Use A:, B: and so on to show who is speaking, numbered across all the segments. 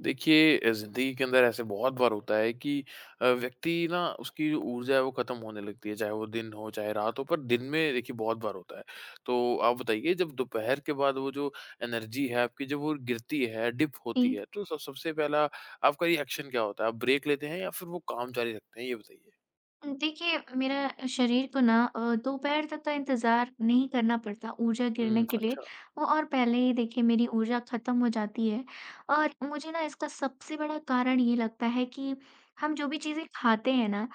A: देखिए ज़िंदगी के अंदर ऐसे बहुत बार होता है कि व्यक्ति ना उसकी जो ऊर्जा है वो ख़त्म होने लगती है, चाहे वो दिन हो, चाहे रात हो, पर दिन में देखिए बहुत बार होता है। तो आप बताइए जब दोपहर के बाद वो जो एनर्जी है आपकी जब वो गिरती है, डिप
B: जी।
A: होती है, तो सब सबसे पहला आपका रिएक्शन क्या होता है? आप ब्रेक लेते हैं या फिर वो काम जारी रखते हैं? ये बताइए।
B: देखिए मेरा शरीर को ना दोपहर तक का इंतज़ार नहीं करना पड़ता ऊर्जा
A: हुँ,
B: गिरने के लिए।
A: अच्छा।
B: वो और पहले ही देखिए मेरी ऊर्जा ख़त्म हो जाती है और मुझे ना इसका सबसे बड़ा कारण ये लगता है कि हम जो भी चीज़ें खाते हैं ना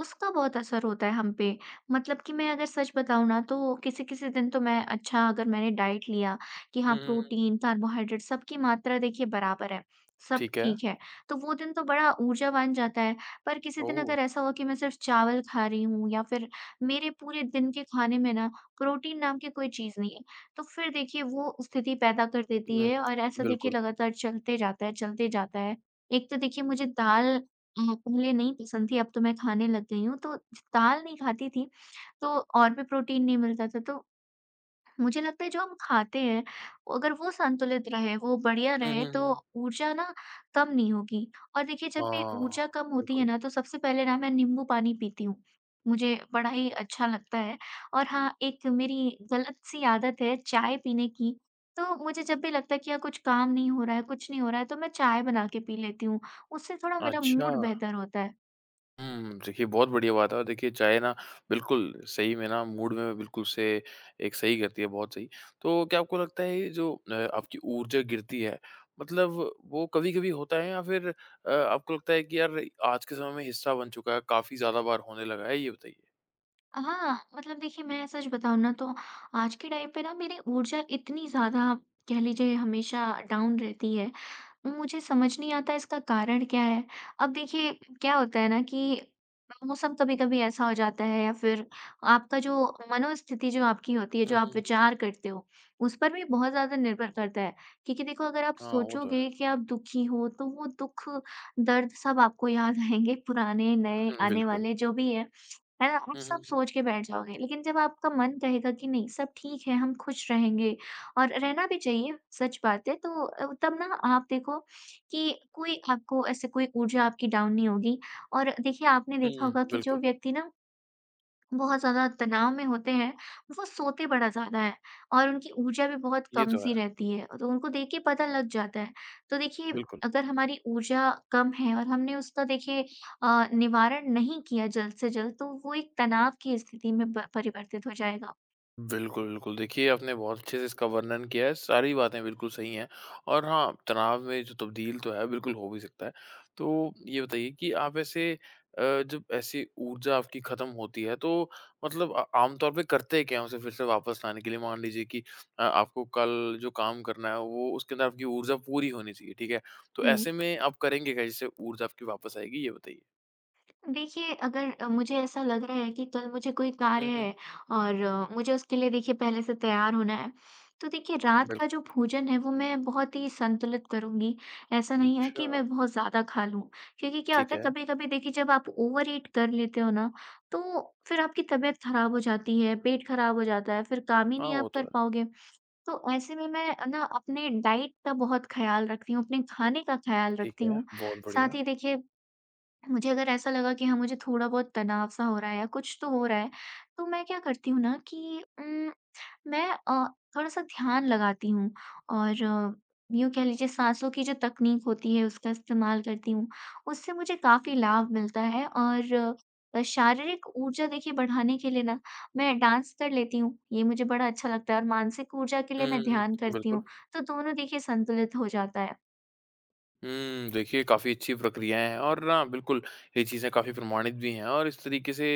B: उसका बहुत असर होता है हम पे। मतलब कि मैं अगर सच बताऊँ ना तो किसी-किसी दिन तो मैं अच्छा अगर मैंने डाइट लिया कि हाँ
A: हुँ, हुँ, हुँ।
B: प्रोटीन, कार्बोहाइड्रेट सबकी मात्रा देखिए बराबर है, सब
A: ठीक है।
B: ठीक है, तो वो दिन तो बड़ा ऊर्जावान जाता है। पर किसी दिन
A: ओह!
B: अगर ऐसा हुआ कि मैं सिर्फ़ चावल खा रही हूँ या फिर मेरे पूरे दिन के खाने में ना प्रोटीन नाम की कोई चीज़ नहीं है, तो फिर देखिए वो स्थिति पैदा कर देती
A: हुँ,
B: है और ऐसा देखिए
A: बिल्कुल।
B: लगातार चलते जाता है, चलते जाता है। एक तो देखिए मुझे दाल पहले नहीं पसंद थी, अब तो मैं खाने लग गई हूँ, तो दाल नहीं खाती थी, तो और भी प्रोटीन नहीं मिलता था, तो मुझे लगता है जो हम खाते हैं, अगर वो संतुलित रहे, वो बढ़िया
A: हुँ,
B: रहे,
A: हुँ,
B: तो
A: हुँ।
B: ऊर्जा ना कम नहीं होगी। और देखिए जब भी
A: हाँ,
B: ऊर्जा कम होती है
A: बिल्कुल।
B: ना, तो सबसे पहले ना मैं नींबू पानी पीती हूँ, मुझे बड़ा ही अच्छा लगता है। और हाँ, एक मेरी गलत सी आदत है चाय पीने की, तो मुझे जब भी लगता है कि यार कुछ काम नहीं हो रहा है, कुछ नहीं हो रहा है, तो मैं चाय बना के पी लेती हूँ, उससे थोड़ा मेरा
A: अच्छा।
B: मूड बेहतर होता है।
A: हुँ, देखिए बहुत बढ़िया बात है और देखिए चाय ना बिल्कुल सही में ना मूड में बिल्कुल से एक सही करती है, बहुत सही। तो क्या आपको लगता है ये जो आपकी ऊर्जा गिरती है, मतलब वो कभी-कभी होता है या फिर आपको लगता है कि यार आज के समय में हिस्सा बन चुका है, काफ़ी ज़्यादा बार होने लगा है? ये बताइए।
B: हाँ, मतलब देखिए मैं सच बताऊँ ना तो आज के टाइम पे ना मेरी ऊर्जा इतनी ज़्यादा कह लीजिए हमेशा डाउन रहती है। मुझे समझ नहीं आता इसका कारण क्या है। अब देखिए क्या होता है ना कि मौसम कभी-कभी ऐसा हो जाता है या फिर आपका जो मनोस्थिति जो आपकी होती है,
A: हुँ,
B: जो
A: हुँ,
B: आप
A: हुँ।
B: विचार करते हो, उस पर भी बहुत ज़्यादा निर्भर करता है। क्योंकि देखो अगर आप
A: हाँ, वो तो है।
B: सोचोगे कि आप दुखी हो तो वो दुख, दर्द सब आपको याद आएँगे पुराने, नए,
A: हुँ,
B: आने
A: बिल्कुल।
B: वाले जो भी है। है ना? आप
A: हुँ,
B: सब
A: हुँ, हुँ।
B: सोच के बैठ जाओगे। लेकिन जब आपका मन कहेगा कि नहीं सब ठीक है, हम खुश रहेंगे, और रहना भी चाहिए, सच बात है। तो तब ना आप देखो कि कोई आपको ऐसे कोई ऊर्जा आपकी डाउन नहीं होगी। और देखिए आपने देखा
A: हुँ,
B: होगा कि जो
A: बिल्कुल।
B: व्यक्ति ना बहुत ज़्यादा तनाव में होते हैं, वो सोते बड़ा ज़्यादा है और उनकी ऊर्जा भी बहुत
A: ये तो है,
B: कम-सी रहती है, तो उनको देख के पता लग जाता है। तो देखिए
A: बिल्कुल।
B: अगर हमारी ऊर्जा कम है और हमने उसका देखिए निवारण नहीं किया जल्द से जल्द, तो वो एक तनाव की स्थिति में ब परिवर्तित हो जाएगा।
A: बिल्कुल, बिल्कुल। देखिए, आपने बहुत अच्छे से इसका वर्णन किया है, सारी बातें बिल्कुल सही हैं और हाँ, तनाव में जो तब्दील तो है, बिल्कुल हो भी सकता है। तो ये बताइए कि आप ऐसे अ, जब ऐसी ऊर्जा आपकी ख़त्म होती है, तो मतलब आम तौर पे करते क्या हैं उसे फिर से वापस लाने के लिए? मान लीजिए कि आपको कल जो काम करना है, वो उसके अंदर आपकी ऊर्जा पूरी होनी चाहिए, ठीक है? तो
B: हुँ।
A: ऐसे में आप करेंगे क्या जिससे ऊर्जा आपकी वापस आएगी, ये बताइए?
B: देखिए, अगर मुझे ऐसा लग रहा है कि कल मुझे कोई
A: हुँ,
B: कार्य
A: हुँ, हुँ।
B: है और मुझे उसके लिए देखिए पहले से तैयार होना है, तो देखिए रात का
A: बिल्कुल।
B: जो भोजन है वो मैं बहुत ही संतुलित करूँगी। ऐसा नहीं है
A: अच्छा,
B: कि मैं बहुत ज़्यादा खा लूँ, क्योंकि क्या
A: ठीक
B: होता है
A: है।
B: कभी-कभी देखिए जब आप ओवर ईट कर लेते हो ना, तो फिर आपकी तबीयत खराब हो जाती है, पेट खराब हो जाता है, फिर काम ही
A: हाँ,
B: नहीं
A: वो
B: आप
A: तो
B: कर
A: है।
B: पाओगे। तो ऐसे में मैं ना अपने डाइट का बहुत ख़याल रखती हूँ, अपने खाने का ख़याल
A: ठीक
B: रखती
A: है,
B: हूँ।
A: बहुत बढ़िया।
B: साथ ही देखिए मुझे अगर ऐसा लगा कि हाँ, मुझे थोड़ा बहुत तनाव सा हो रहा है या कुछ तो हो रहा है, तो मैं क्या करती हूँ ना कि मैं थोड़ा-सा ध्यान लगाती हूँ और यूँ कह लीजिए साँसों की जो तकनीक होती है उसका इस्तेमाल करती हूँ। उससे मुझे काफ़ी लाभ मिलता है और शारीरिक ऊर्जा देखिए बढ़ाने के लिए ना मैं डांस कर लेती हूँ, ये मुझे बड़ा अच्छा लगता है और मानसिक ऊर्जा के लिए
A: हुँ,
B: मैं
A: हुँ, हुँ,
B: ध्यान करती
A: बिल्कुल।
B: हूँ, तो दोनों देखिए संतुलित हो जाता है।
A: हुँ, देखिए काफ़ी अच्छी प्रक्रियाएँ हैं और ना बिल्कुल ये चीज़ें काफ़ी प्रमाणित भी हैं और इस तरीके से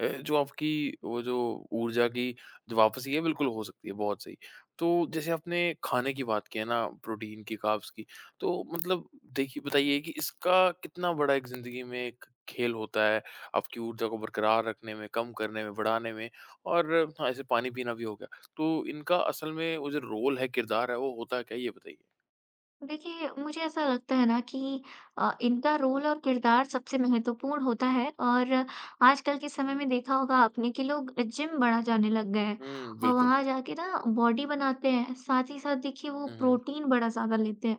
A: जो आपकी वो जो ऊर्जा की जो वापसी है बिल्कुल हो सकती है, बहुत सही। तो जैसे आपने खाने की बात की है ना, प्रोटीन की, कार्ब्स की, तो मतलब देखिए बताइए कि इसका कितना बड़ा एक ज़िंदगी में एक खेल होता है, आपकी ऊर्जा को बरकरार रखने में, कम करने में, बढ़ाने में और हाँ, ऐसे पानी पीना भी हो गया। तो इनका असल में वो जो रोल है, किरदार है, वो होता क्या है? ये बताइए।
B: देखिए, मुझे ऐसा लगता है ना कि इनका रोल और किरदार सबसे महत्वपूर्ण होता है और आजकल के समय में देखा होगा आपने कि लोग जिम बड़ा जाने लग गए हैं
A: हुँ,
B: और
A: बिल्कुल।
B: वहाँ जाके ना बॉडी बनाते हैं, साथ ही साथ देखिए वो
A: हुँ, हुँ।
B: प्रोटीन बड़ा ज़्यादा लेते हैं।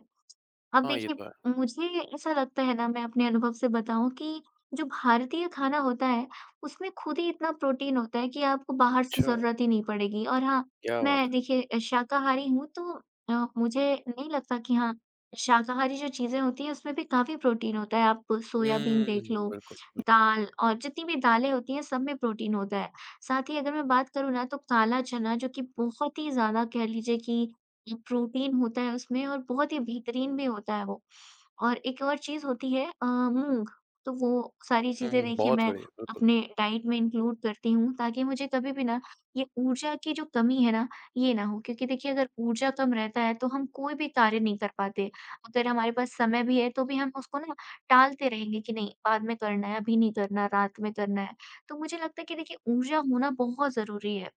B: अब
A: हाँ, ये तो है।
B: देखिए मुझे ऐसा लगता है ना मैं अपने अनुभव से बताऊँ कि जो भारतीय खाना होता है, उसमें खुद ही इतना प्रोटीन होता है कि आपको बाहर से
A: अच्छा,
B: ज़रूरत ही नहीं पड़ेगी। और हाँ,
A: क्या बात
B: मैं
A: है!
B: देखिए शाकाहारी हूँ तो मुझे नहीं लगता कि हाँ, शाकाहारी जो चीज़ें होती हैं उसमें भी काफ़ी प्रोटीन होता है। आप सोयाबीन
A: हुँ,
B: देख लो,
A: बिल्कुल, बिल
B: दाल और जितनी भी दालें होती हैं सब में प्रोटीन होता है। साथ ही अगर मैं बात करूँ ना तो काला चना जो कि बहुत ही ज़्यादा कह लीजिए कि प्रोटीन होता है उसमें और बहुत ही बेहतरीन भी होता है वो। और एक और चीज़ होती है मूँग, तो वो सारी चीज़ें
A: हुँ,
B: देखिए
A: बहुत
B: मैं
A: बढ़िया, बिल्कुल।
B: अपने डाइट में इंक्लूड करती हूँ ताकि मुझे कभी भी ना ये ऊर्जा की जो कमी है ना, ये ना हो क्योंकि देखिए अगर ऊर्जा कम रहता है तो हम कोई भी कार्य नहीं कर पाते। अगर हमारे पास समय भी है तो भी हम उसको ना टालते रहेंगे कि नहीं बाद में करना है, अभी नहीं करना, रात में करना है। तो मुझे लगता है कि देखिए ऊर्जा होना बहुत ज़रूरी है।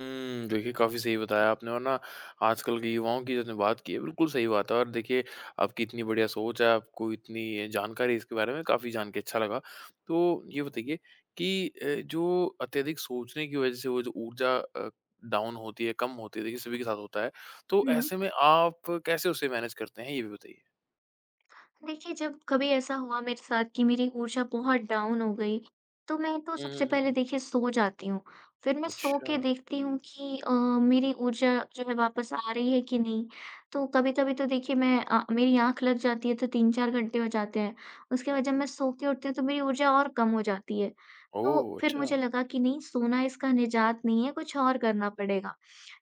A: हुँ, देखिए काफ़ी सही बताया आपने और ना आजकल के युवाओं की जितने बात की है, बिल्कुल सही बात है और देखिए आपकी इतनी बढ़िया सोच है, आपको इतनी जानकारी है इसके बारे में, काफ़ी जान के अच्छा लगा। तो ये बताइए कि जो अत्यधिक सोचने की वज़ह से वो जो ऊर्जा डाउन होती है, कम होती है, देखिए सभी के साथ होता है। तो
B: हुँ।
A: ऐसे में आप कैसे उसे मैनेज करते हैं, ये भी बताइए?
B: देखिए जब कभी ऐसा हुआ मेरे साथ कि मेरी ऊर्जा बहुत डाउन हो गई, तो मैं तो
A: हुँ, हुँ,
B: सबसे
A: हुँ,
B: पहले
A: हुँ।
B: देखिए सो जाती हूँ। फिर मैं सो
A: अच्छा।
B: के देखती हूँ कि मेरी ऊर्जा जो है वापस आ रही है कि नहीं। तो कभी कभी तो देखिए मैं मेरी आंख लग जाती है तो तीन चार घंटे हो जाते हैं। उसके बाद जब मैं सो के उठती हूँ तो मेरी ऊर्जा और कम हो जाती है। तो
A: ओह!
B: फिर
A: अच्छा।
B: मुझे लगा कि नहीं, सोना इसका निजात नहीं है, कुछ और करना पड़ेगा।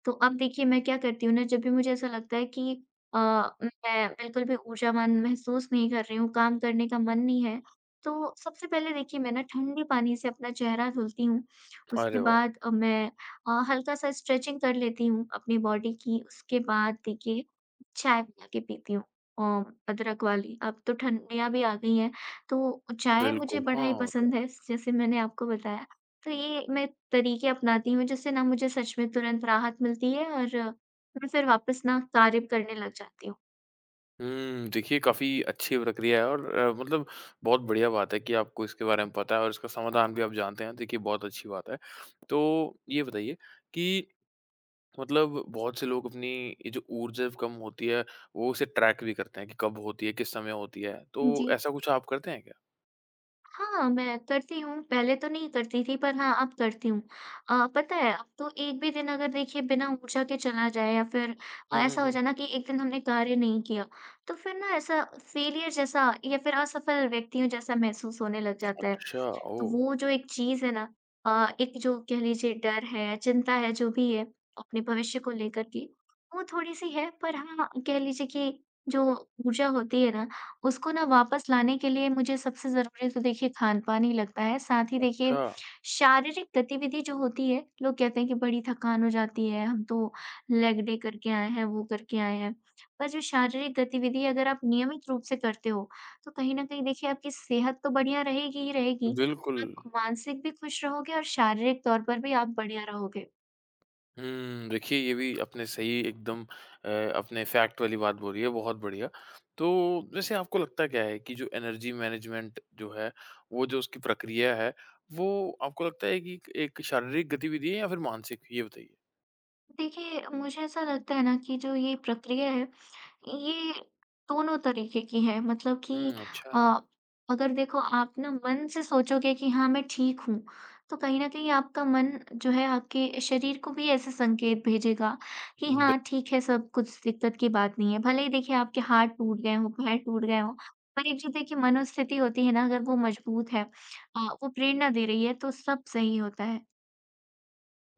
B: तो अब देखिए मैं क्या करती हूँ ना जब भी मुझे ऐसा लगता है कि अ, मैं बिल्कुल भी ऊर्जावान महसूस नहीं कर रही हूँ, काम करने का मन नहीं है। तो सबसे पहले देखिए मैं ना ठंडे पानी से अपना चेहरा धुलती हूँ, उसके
A: अरे वाह!
B: बाद मैं हल्का-सा स्ट्रेचिंग कर लेती हूँ अपनी बॉडी की, उसके बाद देखिए चाय बना के पीती हूँ, अ, अदरक वाली। अब तो ठंडियाँ भी आ गई हैं, तो चाय मुझे
A: बिल्कुल,
B: बड़ा ही
A: हाँ,
B: पसंद
A: होता है।
B: है, जैसे मैंने आपको बताया। तो ये मैं तरीके अपनाती हूँ जिससे ना मुझे सच में तुरंत राहत मिलती है और मैं फिर वापस ना कार्य करने लग जाती हूँ।
A: हुँ, देखिए काफ़ी अच्छी प्रक्रिया है और मतलब बहुत बढ़िया बात है कि आपको इसके बारे में पता है और इसका समाधान भी आप जानते हैं, देखिए बहुत अच्छी बात है। तो ये बताइए कि मतलब बहुत से लोग अपनी ये जो ऊर्जा कम होती है, वो उसे ट्रैक भी करते हैं कि कब होती है, किस समय होती है, तो
B: जी।
A: ऐसा कुछ आप करते हैं क्या?
B: हाँ, मैं करती हूँ, पहले तो नहीं करती थी, पर हाँ, अब करती हूँ। पता है अब तो एक भी दिन अगर देखिए बिना ऊर्जा के चला जाए या फिर
A: हुँ, हुँ,
B: ऐसा हो
A: हुँ।
B: जाए ना कि एक दिन हमने कार्य नहीं किया, तो फिर ना ऐसा फ़ेलियर जैसा या फिर असफल व्यक्तियों जैसा महसूस होने लग जाता है।
A: अच्छा,
B: तो
A: ओह!
B: वो जो एक चीज़ है ना, एक जो कह लीजिए डर है, चिंता है, जो भी है अपने भविष्य को लेकर के, वो थोड़ी-सी है। पर हाँ, कह लीजिए कि जो ऊर्जा होती है ना, उसको ना वापस लाने के लिए मुझे सबसे ज़रूरी तो देखिए खान-पान ही लगता है। साथ ही देखिए
A: अच्छा,
B: शारीरिक गतिविधि जो होती है, लोग कहते हैं कि बड़ी थकान हो जाती है, हम तो लेग डे करके आए हैं, वो करके आए हैं। पर जो शारीरिक गतिविधि अगर आप नियमित रूप से करते हो, तो कहीं न कहीं देखिए आपकी सेहत तो बढ़िया रहेगी ही रहेगी,
A: बिल्कुल।
B: आप मानसिक भी खुश रहोगे और शारीरिक तौर पर भी आप बढ़िया रहोगे।
A: हुँ, देखिए ये भी आपने सही एकदम अ, अपने फैक्ट वाली बात बोली है, बहुत बढ़िया। तो वैसे आपको लगता क्या है कि जो एनर्जी मैनेजमेंट जो है, वो जो उसकी प्रक्रिया है, वो आपको लगता है कि एक शारीरिक गतिविधि है या फिर मानसिक? ये बताइए।
B: देखिए, मुझे ऐसा लगता है ना कि जो ये प्रक्रिया है, ये दोनों तरीके की है, मतलब कि
A: हुँ, अच्छा।
B: अ, अगर देखो आप ना मन से सोचोगे कि हाँ मैं ठीक हूँ, तो कहीं न कहीं आपका मन जो है आपके शरीर को भी ऐसे संकेत भेजेगा कि
A: बि
B: हाँ ठीक है, सब कुछ दिक्कत की बात नहीं है। भले ही देखिए आपके हाथ टूट गए हों, पैर टूट गए हों, पर एक जो देखिए मनोस्थिति होती है ना अगर वो मजबूत है, वो प्रेरणा दे रही है तो सब सही होता है।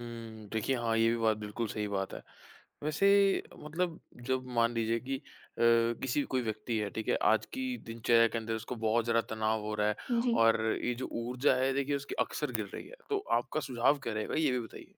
A: हुँ, देखिए हाँ, ये भी बात बिल्कुल सही बात है। वैसे मतलब जब मान लीजिए कि किसी कोई व्यक्ति है, ठीक है? आज की दिनचर्या के अंदर उसको बहुत ज़्यादा तनाव हो रहा है
B: जी।
A: और ये जो ऊर्जा है देखिए उसकी अक्सर गिर रही है। तो आपका सुझाव क्या रहेगा ये भी बताइए?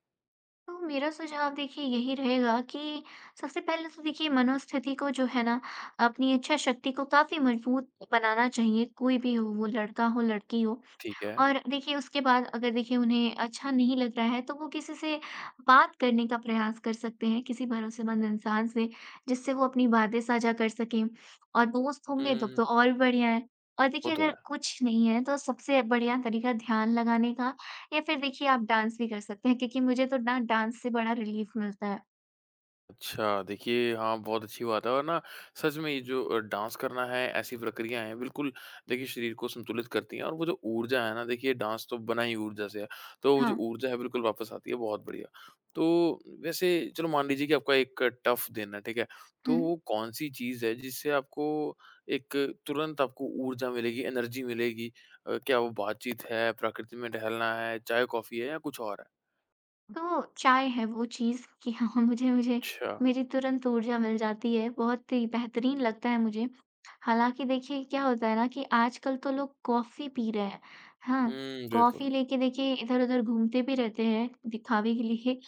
B: तो मेरा सुझाव देखिए यही रहेगा कि सबसे पहले तो देखिए मनोस्थिति को जो है ना अपनी इच्छा शक्ति को काफी मजबूत बनाना चाहिए, कोई भी हो, वो लड़का हो लड़की हो।
A: ठीक है।
B: और देखिए उसके बाद अगर देखिए उन्हें अच्छा नहीं लग रहा है तो वो किसी से बात करने का प्रयास कर सकते हैं, किसी भरोसेमंद इंसान से जिससे वो अपनी बातें साझा कर सकें, और दोस्त
A: हुँ,
B: होंगे
A: हुँ,
B: तब
A: हुँ।
B: तो और बढ़िया है। और
A: वो
B: देखिए
A: तो है।
B: अगर कुछ नहीं है तो सबसे बढ़िया तरीका ध्यान लगाने का, या फिर देखिए आप डांस भी कर सकते हैं क्योंकि मुझे तो ना डांस से बड़ा रिलीफ मिलता है।
A: अच्छा, देखिए हाँ, बहुत अच्छी बात है और ना सच में ये जो डांस करना है, ऐसी प्रक्रियाएँ हैं बिल्कुल देखिए शरीर को संतुलित करती हैं और वो जो ऊर्जा है ना देखिए डांस तो बना ही ऊर्जा से है, तो वो जो
B: हाँ।
A: ऊर्जा है बिल्कुल वापस आती है, बहुत बढ़िया। तो वैसे चलो मान लीजिए कि आपका एक टफ़ दिन है, ठीक है? तो
B: हुँ।
A: वो कौन-सी चीज़ है जिससे आपको एक तुरंत आपको ऊर्जा मिलेगी, एनर्जी मिलेगी? क्या वो बातचीत है, प्रकृति में टहलना है, चाय-कॉफ़ी है या कुछ और है?
B: तो चाय है वो चीज़ कि हाँ, मुझे मुझे
A: अच्छा।
B: मेरी तुरंत ऊर्जा मिल जाती है, बहुत ही बेहतरीन लगता है मुझे। हालाँकि देखिए क्या होता है ना कि आजकल तो लोग कॉफ़ी पी रहे हैं। हाँ,
A: हुँ,
B: कॉफ़ी
A: बिल्कुल।
B: लेके देखिए इधर-उधर घूमते भी रहते हैं दिखावे के लिए।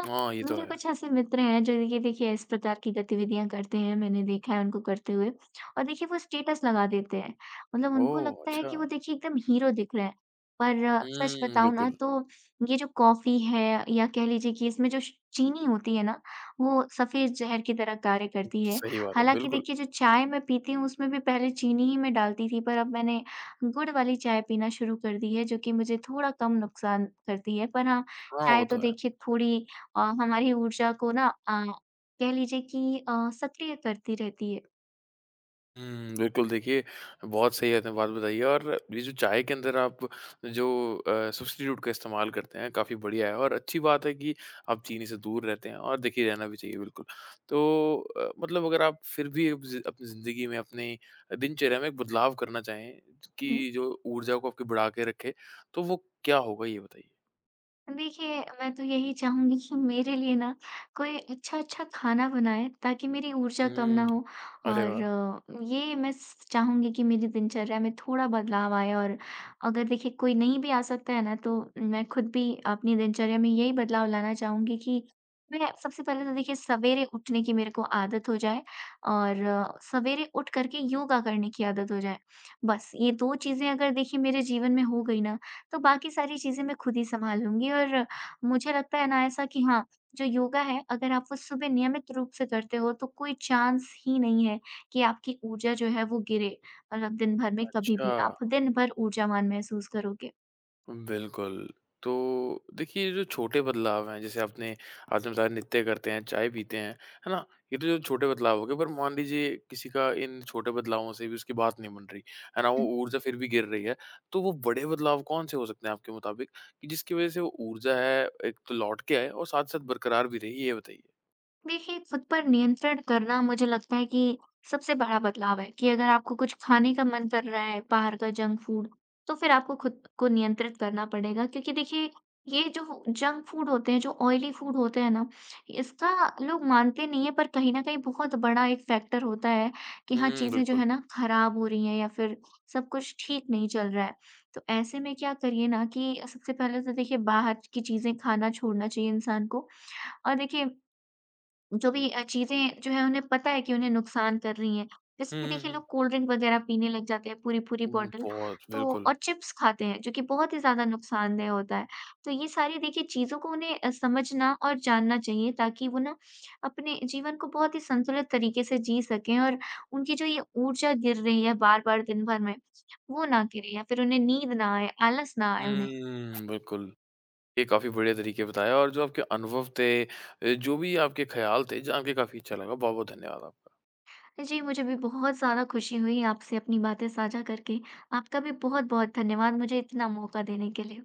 B: तो
A: हाँ, ये तो
B: मेरे
A: है।
B: कुछ ऐसे मित्र हैं जो देखिए देखिए इस प्रकार की गतिविधियाँ करते हैं, मैंने देखा है उनको करते हुए, और देखिए वो स्टेटस लगा देते हैं। मतलब उनको
A: ओह!
B: लगता है
A: अच्छा।
B: कि वो देखिए एकदम हीरो दिख रहे हैं। पर सच
A: हुँ,
B: बताऊँ ना
A: बिल्कुल।
B: तो ये जो कॉफ़ी है, या कह लीजिए कि इसमें जो श चीनी होती है ना, वो सफ़ेद ज़हर की तरह कार्य करती है।
A: सही बात है,
B: हालाँकि
A: बिल्कुल।
B: देखिए जो चाय मैं पीती हूँ उसमें भी पहले चीनी ही मैं डालती थी, पर अब मैंने गुड़ वाली चाय पीना शुरू कर दी है, जो कि मुझे थोड़ा कम नुकसान करती है। पर हाँ,
A: हाँ, वो
B: चाय तो
A: तो है।
B: देखिए थोड़ी हमारी ऊर्जा को ना कह लीजिए कि सक्रिय करती रहती है।
A: हुँ, बिल्कुल देखिए बहुत सही आपने बात बताई है और ये जो चाय के अंदर आप जो सब्स्टिट्यूट का इस्तेमाल करते हैं काफ़ी बढ़िया है और अच्छी बात है कि आप चीनी से दूर रहते हैं और देखिए रहना भी चाहिए बिल्कुल। तो मतलब अगर आप फिर भी अब ज़ि अपनी ज़िंदगी में अपने दिनचर्या में एक बदलाव करना चाहें
B: हुँ।
A: कि जो ऊर्जा को आपकी बढ़ा के रखे, तो वो क्या होगा ये बताइए?
B: देखिए, मैं तो यही चाहूँगी कि मेरे लिए ना कोई अच्छा-अच्छा खाना बनाए, ताकि मेरी ऊर्जा कम ना
A: हुँ।
B: हो।
A: अरे
B: और
A: वाह!
B: ये मैं स चाहूँगी कि मेरी दिनचर्या में थोड़ा बदलाव आए। और अगर देखिए कोई नहीं भी आ सकता है ना, तो मैं खुद भी अपनी दिनचर्या में यही बदलाव लाना चाहूँगी कि मैं सबसे पहले तो देखिए सवेरे उठने की मेरे को आदत हो जाए, और सवेरे उठ कर के योगा करने की आदत हो जाए। बस ये 2 चीज़ें अगर देखिए मेरे जीवन में हो गई ना, तो बाकी सारी चीज़ें मैं खुद ही सँभालूँगी। और मुझे लगता है ना ऐसा कि हाँ, जो योगा है, अगर आप वो सुबह नियमित रूप से करते हो, तो कोई चांस ही नहीं है कि आपकी ऊर्जा जो है वो गिरे। मतलब दिन भर में कभी
A: अच्छा।
B: भी, आप दिन भर ऊर्जावान महसूस करोगे।
A: बिल्कुल। तो देखिए, ये जो छोटे बदलाव हैं, जैसे आपने आपने बताया नृत्य करते हैं, चाय पीते हैं, है ना? ये तो जो छोटे बदलाव हो गए, पर मान लीजिए किसी का इन छोटे बदलावों से भी उसकी बात नहीं बन रही, है ना? वो ऊर्जा फिर भी गिर रही है, तो वो बड़े बदलाव कौन-से हो सकते हैं आपके मुताबिक कि जिसकी वज़ह से वो ऊर्जा है, एक तो लौट के आए और साथ-साथ बरकरार भी रही, ये बताइए?
B: देखिए, खुद पर नियंत्रण करना मुझे लगता है कि सबसे बड़ा बदलाव है। कि अगर आपको कुछ खाने का मन कर रहा है, बाहर का जंक फूड, तो फिर आपको खुद को नियंत्रित करना पड़ेगा, क्योंकि देखिए, ये जो जंक फूड होते हैं, जो ऑयली फूड होते हैं ना, इसका लोग मानते नहीं हैं, पर कहीं न कहीं बहुत बड़ा एक फैक्टर होता है कि हाँ,
A: हुँ,
B: चीज़ें जो
A: बिल्कुल।
B: है ना खराब हो रही हैं, या फिर सब कुछ ठीक नहीं चल रहा है। तो ऐसे में क्या करिए ना कि सबसे पहले तो देखिए बाहर की चीज़ें खाना छोड़ना चाहिए इंसान को। और देखिए जो भी चीज़ें जो है उन्हें पता है कि उन्हें नुकसान कर रही हैं। जैसे
A: हुँ,
B: कि देखिए
A: हुँ, हुँ।
B: लोग कोल्ड ड्रिंक वग़ैरह पीने लग जाते हैं, पूरी-पूरी
A: हुँ,
B: बॉटल,
A: बहुत,
B: तो
A: बिल्कुल।
B: और चिप्स खाते हैं, जो कि बहुत ही ज़्यादा नुकसानदेह होता है। तो ये सारी देखिए चीज़ों को उन्हें समझना और जानना चाहिए, ताकि वो ना अपने जीवन को बहुत ही संतुलित तरीके से जी सकें, और उनकी जो ये ऊर्जा गिर रही है बार-बार दिन भर में, वो ना गिरे, या फिर उन्हें नींद ना आए, आलस ना आए उन्हें।
A: हुँ, बिल्कुल। ये काफ़ी बढ़िया तरीके बताया और जो आपके अनुभव थे, जो भी आपके ख़्याल थे, जान के काफ़ी अच्छा लगा। बहुत-बहुत धन्यवाद आपका।
B: जी, मुझे भी बहुत ज़्यादा खुशी हुई आपसे अपनी बातें साझा करके। आपका भी बहुत-बहुत धन्यवाद, मुझे इतना मौका देने के लिए।